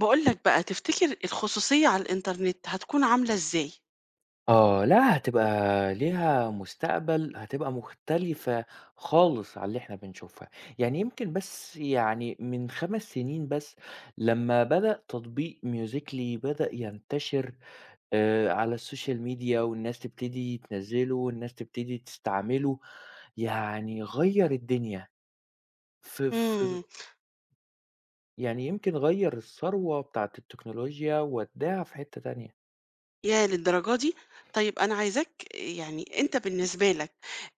باقول لك بقى، تفتكر الخصوصية على الإنترنت هتكون عاملة إزاي؟ آه، لأ هتبقى ليها مستقبل، هتبقى مختلفة خالص عن اللي إحنا بنشوفها، يعني يمكن بس يعني من 5 سنين بس لمّا بدأ تطبيق Musically بدأ ينتشر على السوشيال ميديا والناس تبتدي تنزّله والناس تبتدي تستعمله، يعني غيّر الدنيا في إمم. يعني يمكن غيّر الثروة بتاعة التكنولوجيا وودّاها في حتّة تانية. ياه للدرجة دي! طيب أنا عايزاك يعني أنت بالنسبة لك،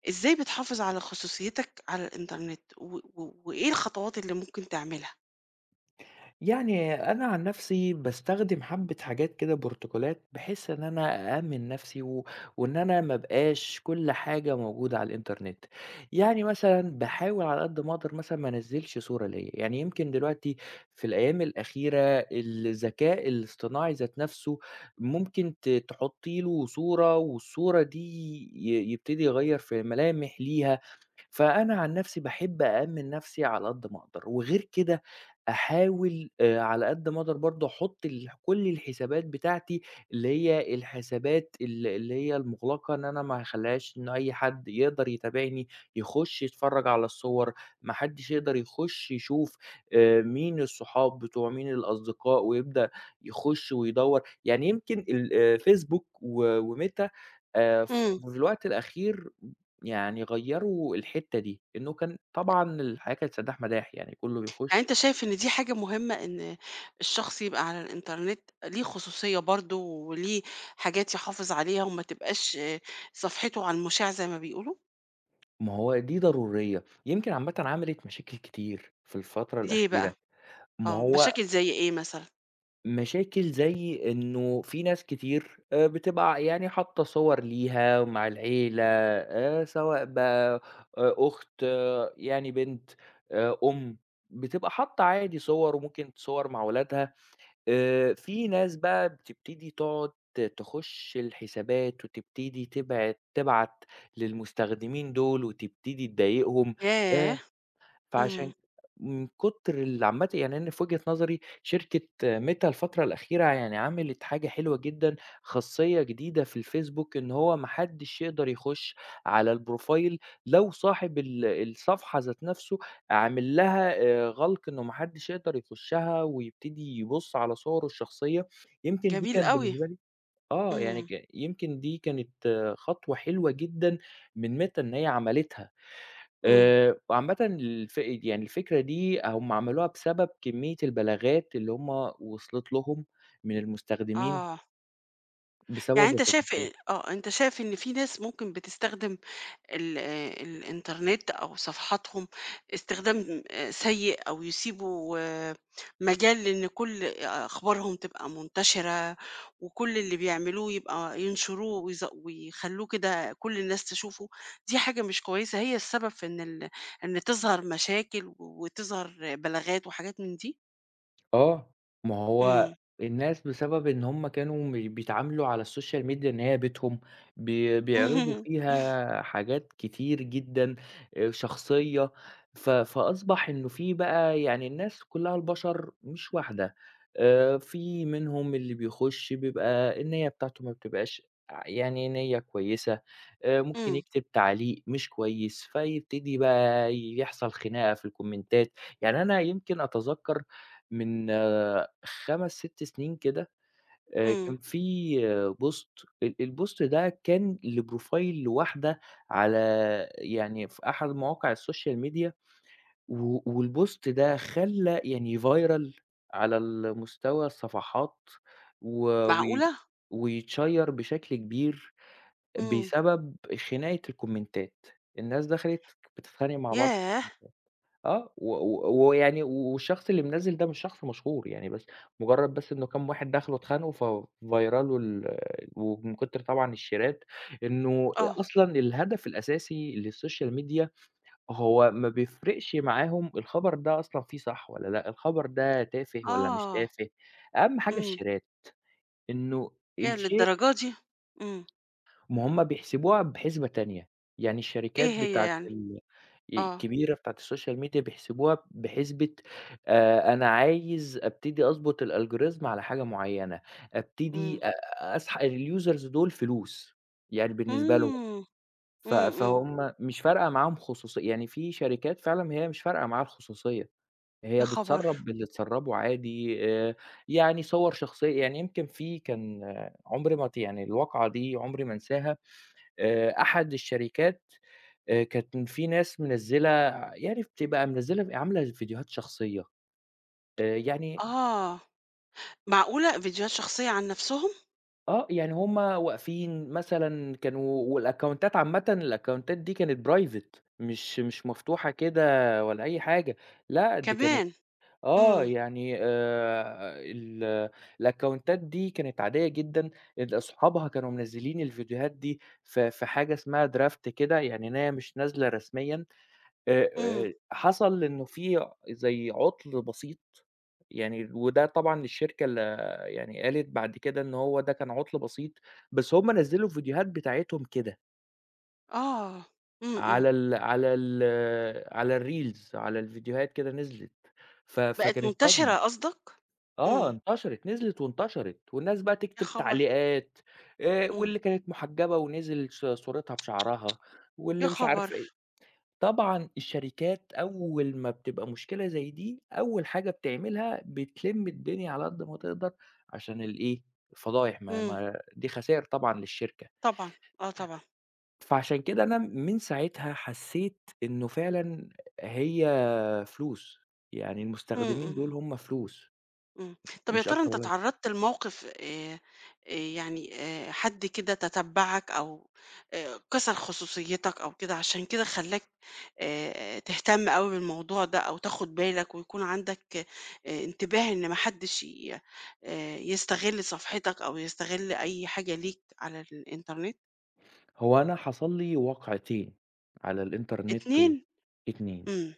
إزاي بتحافظ على خصوصيتك على الإنترنت، و و وإيه الخطوات اللي ممكن تعملها؟ يعني أنا عن نفسي باستخدم حبّة حاجات كده برتقالات، بحيث إن أنا أأمِّن نفسي وإن أنا ما ابقاش كل حاجة موجودة على الإنترنت. يعني مثلًا باحاول على قد ما أقدر مثلًا ما أنزّلش صورة ليّا، يعني يمكن دلوقتي في الأيام الأخيرة الذكاء الاصطناعي ذات نفسه ممكن تحُطّي له صورة والصورة دي يبتدي يغيّر في ملامح ليها. فأنا عن نفسي باحب أأمِّن نفسي على قد ما أقدر، وغير كده أحاول على قد ما أقدر برضه أحُط كل الحسابات بتاعتي اللي هي الحسابات اللي هي المُغلقة، إن أنا ما أخلّيهاش إن أي حد يقدر يتابعني، يخُش يتفرّج على الصور، ما حدّش يقدر يخُش يشوف مين الصحاب بتوع مين الأصدقاء ويبدأ يخُش ويدوّر، يعني يمكن ال فيسبوك وميتا ف إمم. في الوقت الأخير يعني غيّروا الحتّة دي، إنه كان طبعًا الحياة كانت سدّاح مداح يعني كلّه يعني بيخش. أنت شايف إن دي حاجة مهمة إن الشخص يبقى على الإنترنت ليه خصوصية برضه، وليه حاجات يحافظ عليها وما تبقاش آه، صفحته على المشاع زي ما بيقولوا؟ ما هو دي ضرورية، يمكن عامةً عملت مشاكل كتير في الفترة ليه بقى؟ الأخيرة. ما آه، هو مشاكل زي إيه مثلًا؟ مشاكل زي إنه في ناس كتير بتبقى يعني حاطّة صور ليها مع العيلة سواء بقى أخت يعني بنت أم، بتبقى حاطّة عادي صور وممكن صور مع ولادها، في ناس بقى بتبتدي تقعد تخش الحسابات، وتبتدي تبعت تبعت للمستخدمين دول، وتبتدي تضايقهم. ياه! آآ إمم. فعشان من كتر عامةً يعني أنا في وجهة نظري شركة ميتا الفترة الأخيرة يعني عملت حاجة حلوة جدًا، خاصية جديدة في الفيسبوك إن هو ما حدش يقدر يخش على البروفايل لو صاحب الصفحة ذات نفسه عامل لها غَلْق إنه ما حدش يقدر يخشها ويبتدي يبُص على صوره الشخصية، يمكن دي جميل كانت أوي. بالنسبة لي آه، يعني إمم، ك يمكن دي كانت خطوة حلوة جدًا من ميتا إن هي عملتها. إمم، وعامةً يعني الفكرة دي هم عملوها بسبب كمية البلاغات اللي هم وصلت لهم من المستخدمين آه. يعني بسبب أنت شايف الخصوصية. آه، أنت شايف إن في ناس ممكن بتستخدم ال آه، الإنترنت أو صفحاتهم استخدام آه، سيء أو يسيبوا آه، مجال إن كل أخبارهم تبقى منتشرة وكل اللي بيعملوه يبقى ينشروه ويخلّوه كده كل الناس تشوفه، دي حاجة مش كويسة، هي السبب في إن إن تظهر مشاكل وتظهر بلاغات وحاجات من دي؟ آه، ما هو إمم. الناس بسبب إن هم كانوا مش بيتعاملوا على السوشيال ميديا إن هي بيتهم، بيعرضوا فيها حاجات كتير جدًا شخصية. فأصبح إنه في بقى يعني الناس كلها البشر مش واحدة، في منهم اللي بيخش بيبقى النية بتاعته ما بتبقاش يعني نية كويسة، ممكن إمم. يكتب تعليق مش كويس، فيبتدي بقى يحصل خناقة في الكومنتات. يعني أنا يمكن أتذكر من 5، 6 سنين كده إمم، كان في بوست البوست ده كان لبروفايل لواحدة على يعني في أحد مواقع السوشيال ميديا، والبوست ده خلّى يعني viral على مستوى الصفحات و وي معقولة! ويتشيّر بشكل كبير إمم، بسبب خناقة الكومنتات، الناس دخلت بتتخانق مع بعض. ياه! و و ويعني والشخص اللي منزّل ده مش شخص مشهور، يعني بس مجرّد بس إنه كام واحد دخلوا اتخانقوا فviral له ومن كتر طبعًا الشيرات، إنه آه، أصلًا الهدف الأساسي للسوشيال ميديا هو ما بيفرقش معاهم الخبر ده أصلًا فيه صح والّا لأ، الخبر ده تافه والّا مش آه، تافه، أهم حاجة إمم، الشيرات، إنه ياه الشير. للدرجة دي! إمم، ما هم بيحسبوها بحسبة تانية، يعني الشركات إيه هي بتاعة يعني؟ ال آه، الكبيرة بتاعة السوشيال ميديا بيحسبوها بحسبة، أنا عايز أبتدي أضبط الalgorithm على حاجة معيّنة، إمم، أبتدي أسحق الusers دول فلوس، يعني بالنسبة لهم، إمم، إمم، ف إمم، فهُم مش فارقة معاهم خصوصية، يعني في شركات فعلًا هي مش فارقة معاها الخصوصية، يا هي خبر! بتسرّب اللي تسرّبه عادي، يعني صور شخصية. يعني يمكن في كان عمري ما يعني الواقعة دي عمري ما أنساها. أحد الشركات، كان في ناس منزّلة يعني بتبقى منزّلة عاملة فيديوهات شخصية، يعني آه، معقولة! فيديوهات شخصية عن نفسهم آه، يعني هُم واقفين مثلًا كانوا، والأكونتات عامةً الأكونتات دي كانت private مش مفتوحة كده ولا أي حاجة، لأ دي كانت كمان! إمم، يعني ال الأكونتات دي كانت عادية جدًا، أصحابها كانوا منزّلين الفيديوهات دي في حاجة اسمها draft كده، يعني إن هي مش نازلة رسميًا. آآ إمم، حصل إنه في زي عُطْل بسيط، يعني وده طبعًا الشركة يعني قالت بعد كده إن هو ده كان عُطْل بسيط، بس هم نزّلوا الفيديوهات بتاعتهم كده آه، إمم، إمم، على ال على ال على الreels، على الفيديوهات كده نزلت، ف بقت فكانت صدمة. منتشرة قصدك؟ آه، إمم، انتشرت، نزلت وانتشرت، والناس بقى يا تكتب خبر! تعليقات، إمم، واللي كانت محجبة ونزل صورتها بشعرها، يا واللي مش عارف إيه. خبر! طبعًا الشركات أول ما بتبقى مشكلة زي دي، أول حاجة بتعملها بتلِم الدنيا على قد ما تقدر عشان الإيه، الفضايح ما إمم، ما دي خسائر طبعًا للشركة. طبعًا، آه طبعًا، فعشان كده أنا من ساعتها حسّيت إنه فعلًا هي فلوس، يعني إمم، إمم، المستخدمين دول إمم. هم فلوس إمم. طَب يا مش ترى أكتر أنت ولا أقل. اتعرّضت لموقف يعني حد كده تتبّعك أو كسر خصوصيّتك أو كده عشان كده خلّاك تهتم أوي بالموضوع ده أو تاخُد بالك ويكون عندك انتباه إن ما حدّش ي يستغِل صفحتك أو يستغِل أي حاجة ليك على الإنترنت؟ هو أنا حصل لي واقعتين على الإنترنت و 2 2. إمم.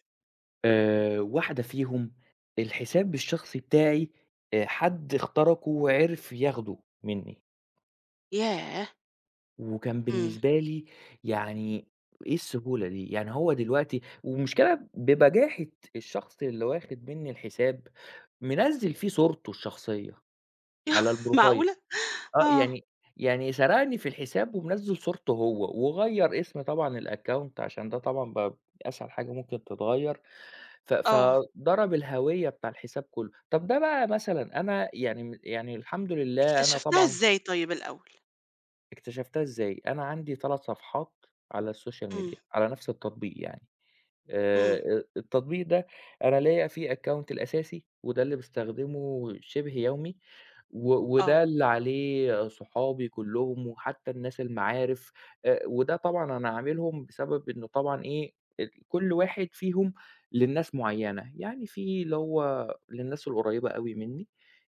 واحدة فيهم الحساب الشخصي بتاعي، حد اخترقه وعرف ياخده منّي، ياه! وكان إمم. بالنسبة لي يعني إيه السهولة دي! يعني هو دلوقتي، والمشكلة ببجاحة الشخص اللي واخد منّي الحساب، منزّل فيه صورته الشخصية على الprofile، معقولة! آه، آه، يعني يعني سرقني في الحساب ومنزّل صورته هو، وغيّر اسم طبعًا الaccount عشان ده طبعًا بقى أسهل حاجة ممكن تتغيّر، ف آه. فضرب الهوية بتاع الحساب كلّه. طَب ده بقى مثلًا أنا يعني يعني الحمد لله أنا اكتشفتها طبعًا إزاي طيب الأول؟ اكتشفتها إزاي، أنا عندي 3 صفحات على الsocial إمم، media على نفس التطبيق يعني، إمم، التطبيق ده أنا ليّا فيه account الأساسي وده اللي باستخدمه شِبه يومي. و آه، وده اللي عليه صحابي كلّهم وحتى الناس المعارف، وده طبعًا أنا عاملهم بسبب إنه طبعًا إيه، كل واحد فيهم للناس معيّنة، يعني في اللي هو للناس القريّبة أوي منّي،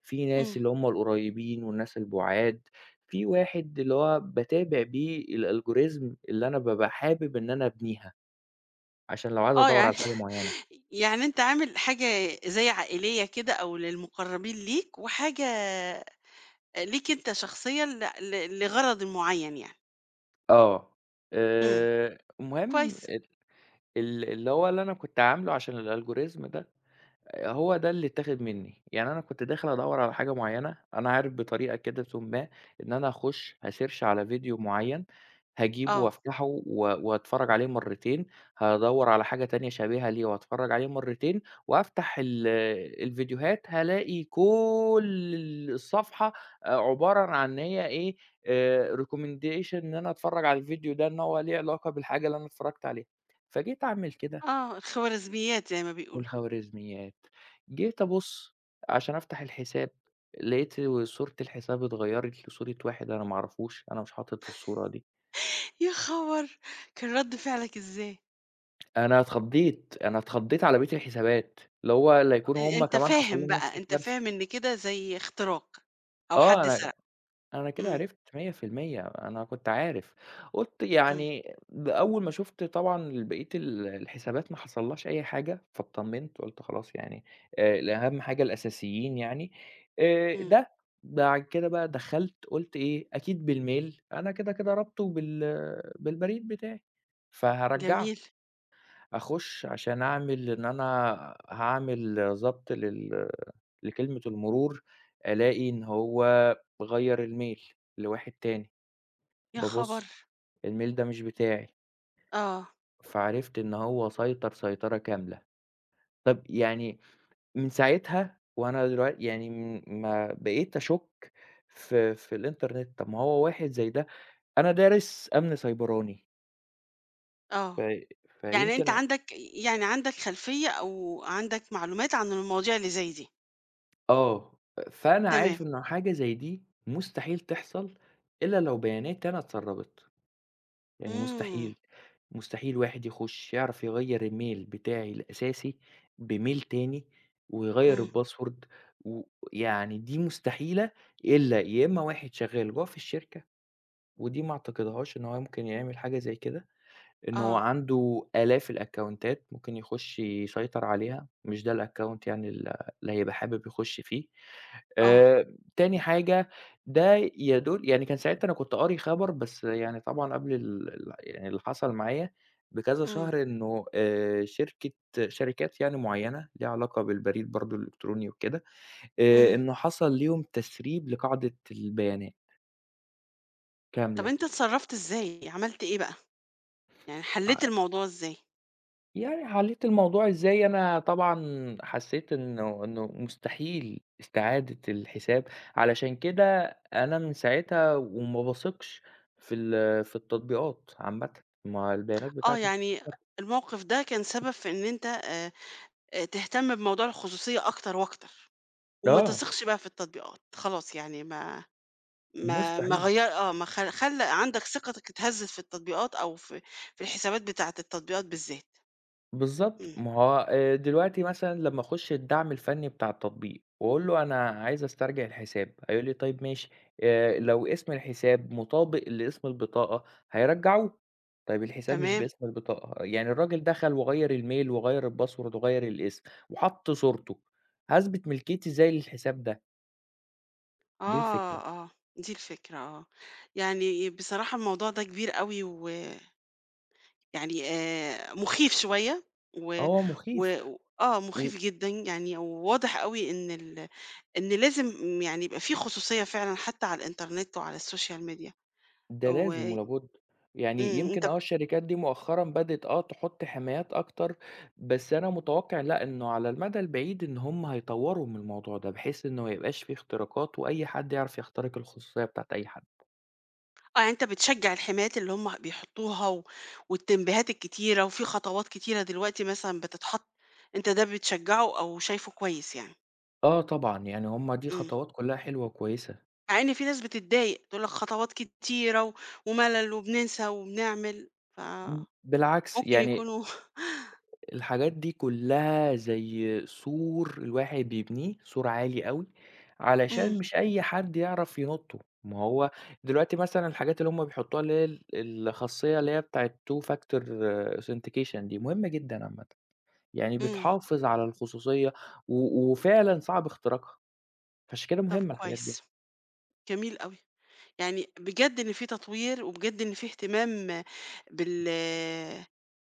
في ناس إمم. اللي هم القريّبين والناس البُعاد، في واحد اللي هو باتابع بيه الalgorithm اللي أنا بابقى حابب إن أنا أبنيها، عشان لو عايز آه، أدوّر يعني على حاجة معيّنة. يعني أنت عامل حاجة زي عائلية كده أو للمقرّبين ليك، وحاجة ليك أنت شخصيًا ل ل لغرض معيّن يعني. آه. إمم، المهم كويس. ال ال اللي هو اللي أنا كنت عامله عشان الalgorithm ده هو ده اللي اتاخد منّي، يعني أنا كنت داخل أدوّر على حاجة معيّنة، أنا عارف بطريقة كده ثم ما إن أنا هاخش هasearch على فيديو معيّن، هاجيبه آه، وأفتحه وأتفرّج عليه مرّتين، هادوّر على حاجة تانية شبيهة ليه وأتفرّج عليه مرّتين، وأفتح الفيديوهات هالاقي كل الصفحة عبارة عن إن هي إيه، recommendation إن أنا أتفرّج على الفيديو ده إن هو ليه علاقة بالحاجة اللي أنا اتفرّجت عليها. فجيت أعمل كده آه، الخوارزميات زي ما بيقولوا. الخوارزميات. جيت أبُص عشان أفتح الحساب، لقيت صورة الحساب اتغيّرت لصورة واحد أنا ما أعرفوش، أنا مش حاطط الصورة دي. يا خبر! كان رَد فعلك إزاي؟ أنا اتخضّيت، أنا اتخضّيت على بقية الحسابات، اللي هو لا يكون هم أنت كمان حصل فاهم لهم نفس بقى، أنت فاهم الكارثة. إن كده زي اختراق أو آه، حد أنا سرق. أنا كده إمم، عرفت 100% أنا كنت عارف، قُلت إمم، يعني أول ما شُفت طبعًا بقية الحسابات ما حصلّهاش أي حاجة، فاتطمنت قُلت خلاص يعني، الأهم حاجة الأساسيين يعني، إمم، ده، بعد كده بقى دخلت قُلت إيه أكيد بالميل أنا كده كده رابطه بالبريد بتاعي، فهارجّعه، جميل. أخُش عشان أعمل إن أنا هاعمل ضبط لكلمة المرور، ألاقي إن هو غيّر الميل لواحد تاني، يا خبر! بابُص الميل ده مش بتاعي، آه، فعرفت إن هو سيطر سيطرة كاملة. طَب يعني من ساعتها وأنا دلوقتي يعني ما بقيت أشُك في الإنترنت، طَب ما هو واحد زي ده أنا دارس أمن سيبراني، آه. ف يعني فيمكن أنت عندك يعني عندك خلفية أو عندك معلومات عن المواضيع اللي زي دي، آه، فأنا تمام. عارف إنه حاجة زي دي مستحيل تحصل إلا لو بياناتي أنا اتسربت. يعني إمم، مستحيل، مستحيل واحد يخش يعرف يغيّر الmail بتاعي الأساسي بmail تاني ويغيّر إمم، الpassword و يعني دي مستحيلة إلا يا إما واحد شغال جوّه في الشركة، ودي ما أعتقدهاش إن هو ممكن يعمل حاجة زي كده، إن هو آه، عنده آلاف الأكونتات ممكن يخش يسيطر عليها، مش ده الأكونت يعني اللي هيبقى حابب يخش فيه. آه، تاني حاجة ده يدل يعني كان ساعتها أنا كنت قاري خبر، بس يعني طبعًا قبل ال ال يعني اللي حصل معايا بكذا إمم، شهر إنه، شركة شركات يعني معيّنة ليها علاقة بالبريد برضه الإلكتروني وكده، إمم. إنه حصل ليهم تسريب لقاعدة البيانات طَب كاملة. أنت اتصرّفت إزاي، عملت إيه بقى؟ يعني حلّيت الموضوع إزاي؟ يعني حلّيت الموضوع إزاي، أنا طبعًا حسّيت إنه مستحيل استعادة الحساب، علشان كده أنا من ساعتها وما باثقش في التطبيقات عامةً، ما البيانات آه، بتاعتي. يعني الموقف ده كان سبب في إن أنت تهتم بموضوع الخصوصية أكتر وأكتر، وما آه، تثقش بقى في التطبيقات، خلاص يعني ما مستحيل. غيّر آه، ما خ خلّى عندك ثقتك اتهزّت في التطبيقات أو في في الحسابات بتاعة التطبيقات بالذات. بالضبط، إمم، ما هو دلوقتي مثلًا لمّا أخش الدعم الفني بتاع التطبيق وأقول له أنا عايز أسترجع الحساب، هيقول لي طيب ماشي، لو اسم الحساب مطابق لاسم البطاقة هيرجّعوه، طيب الحساب مش تمام. باسم البطاقة، يعني الراجل دخل وغيّر الميل وغيّر الpassword وغيّر الاسم وحَط صورته، هاثبت ملكيتي إزاي للحساب ده؟ دي آه، الفكرة، آه، دي الفكرة آه، يعني بصراحة الموضوع ده كبير أوي ويعني مخيف شوية و آه و مخيف، آه، و مخيف جدًا يعني وواضح أوي إن إن لازم يعني يبقى في خصوصية فعلًا حتى على الإنترنت وعلى السوشيال ميديا ده و لازم ولا بُد. يعني إمم، يمكن الشركات دي مؤخرًا بدأت تحُط حمايات أكتر، بس أنا متوقع لأ، إنه على المدى البعيد إن هم هيطوّروا من الموضوع ده، بحيث إنه ما يبقاش في اختراقات وأي حد يعرف يخترق الخصوصية بتاعة أي حد. آه، يعني أنت بتشجع الحمايات اللي هم بيحطوها والتنبيهات الكتيرة وفي خطوات كتيرة دلوقتي مثلًا بتتحط، أنت ده بتشجعه أو شايفه كويس يعني؟ آه طبعًا، يعني هم دي إمم. خطوات كلّها حلوة وكويسة. مع إن في ناس بتتضايق، تقول لك خطوات كتيرة وملل وبننسى وبنعمل، ب فممكن بالعكس، يعني يكونوا الحاجات دي كلّها زي سور الواحد بيبنيه، سور عالي أوي، إمم، علشان مش أي حد يعرف ينطّه، ما هو دلوقتي مثلًا الحاجات اللي هُم بيحطّوها اللي هي الخاصية اللي هي بتاعة two factor authentication دي مهمة جدًا عامةً، يعني إمم، بتحافظ على الخصوصية وفعلًا صعب اختراقها، فعشان كده طب مهمة الحاجات دي. كويس، جميل أوي، يعني بجد إن في تطوير وبجد إن في اهتمام بال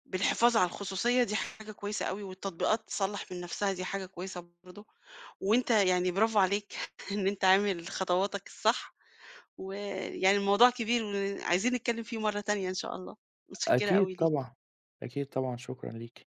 بالحفاظ على الخصوصية دي حاجة كويسة أوي، والتطبيقات تصلّح من نفسها دي حاجة كويسة برضه، وأنت يعني برافو عليك إن أنت عامل خطواتك الصح، ويعني الموضوع كبير وعايزين نتكلم فيه مرة تانية إن شاء الله، متشكرة أوي أكيد ليك. طبعًا، أكيد طبعًا، شكرًا ليكِ.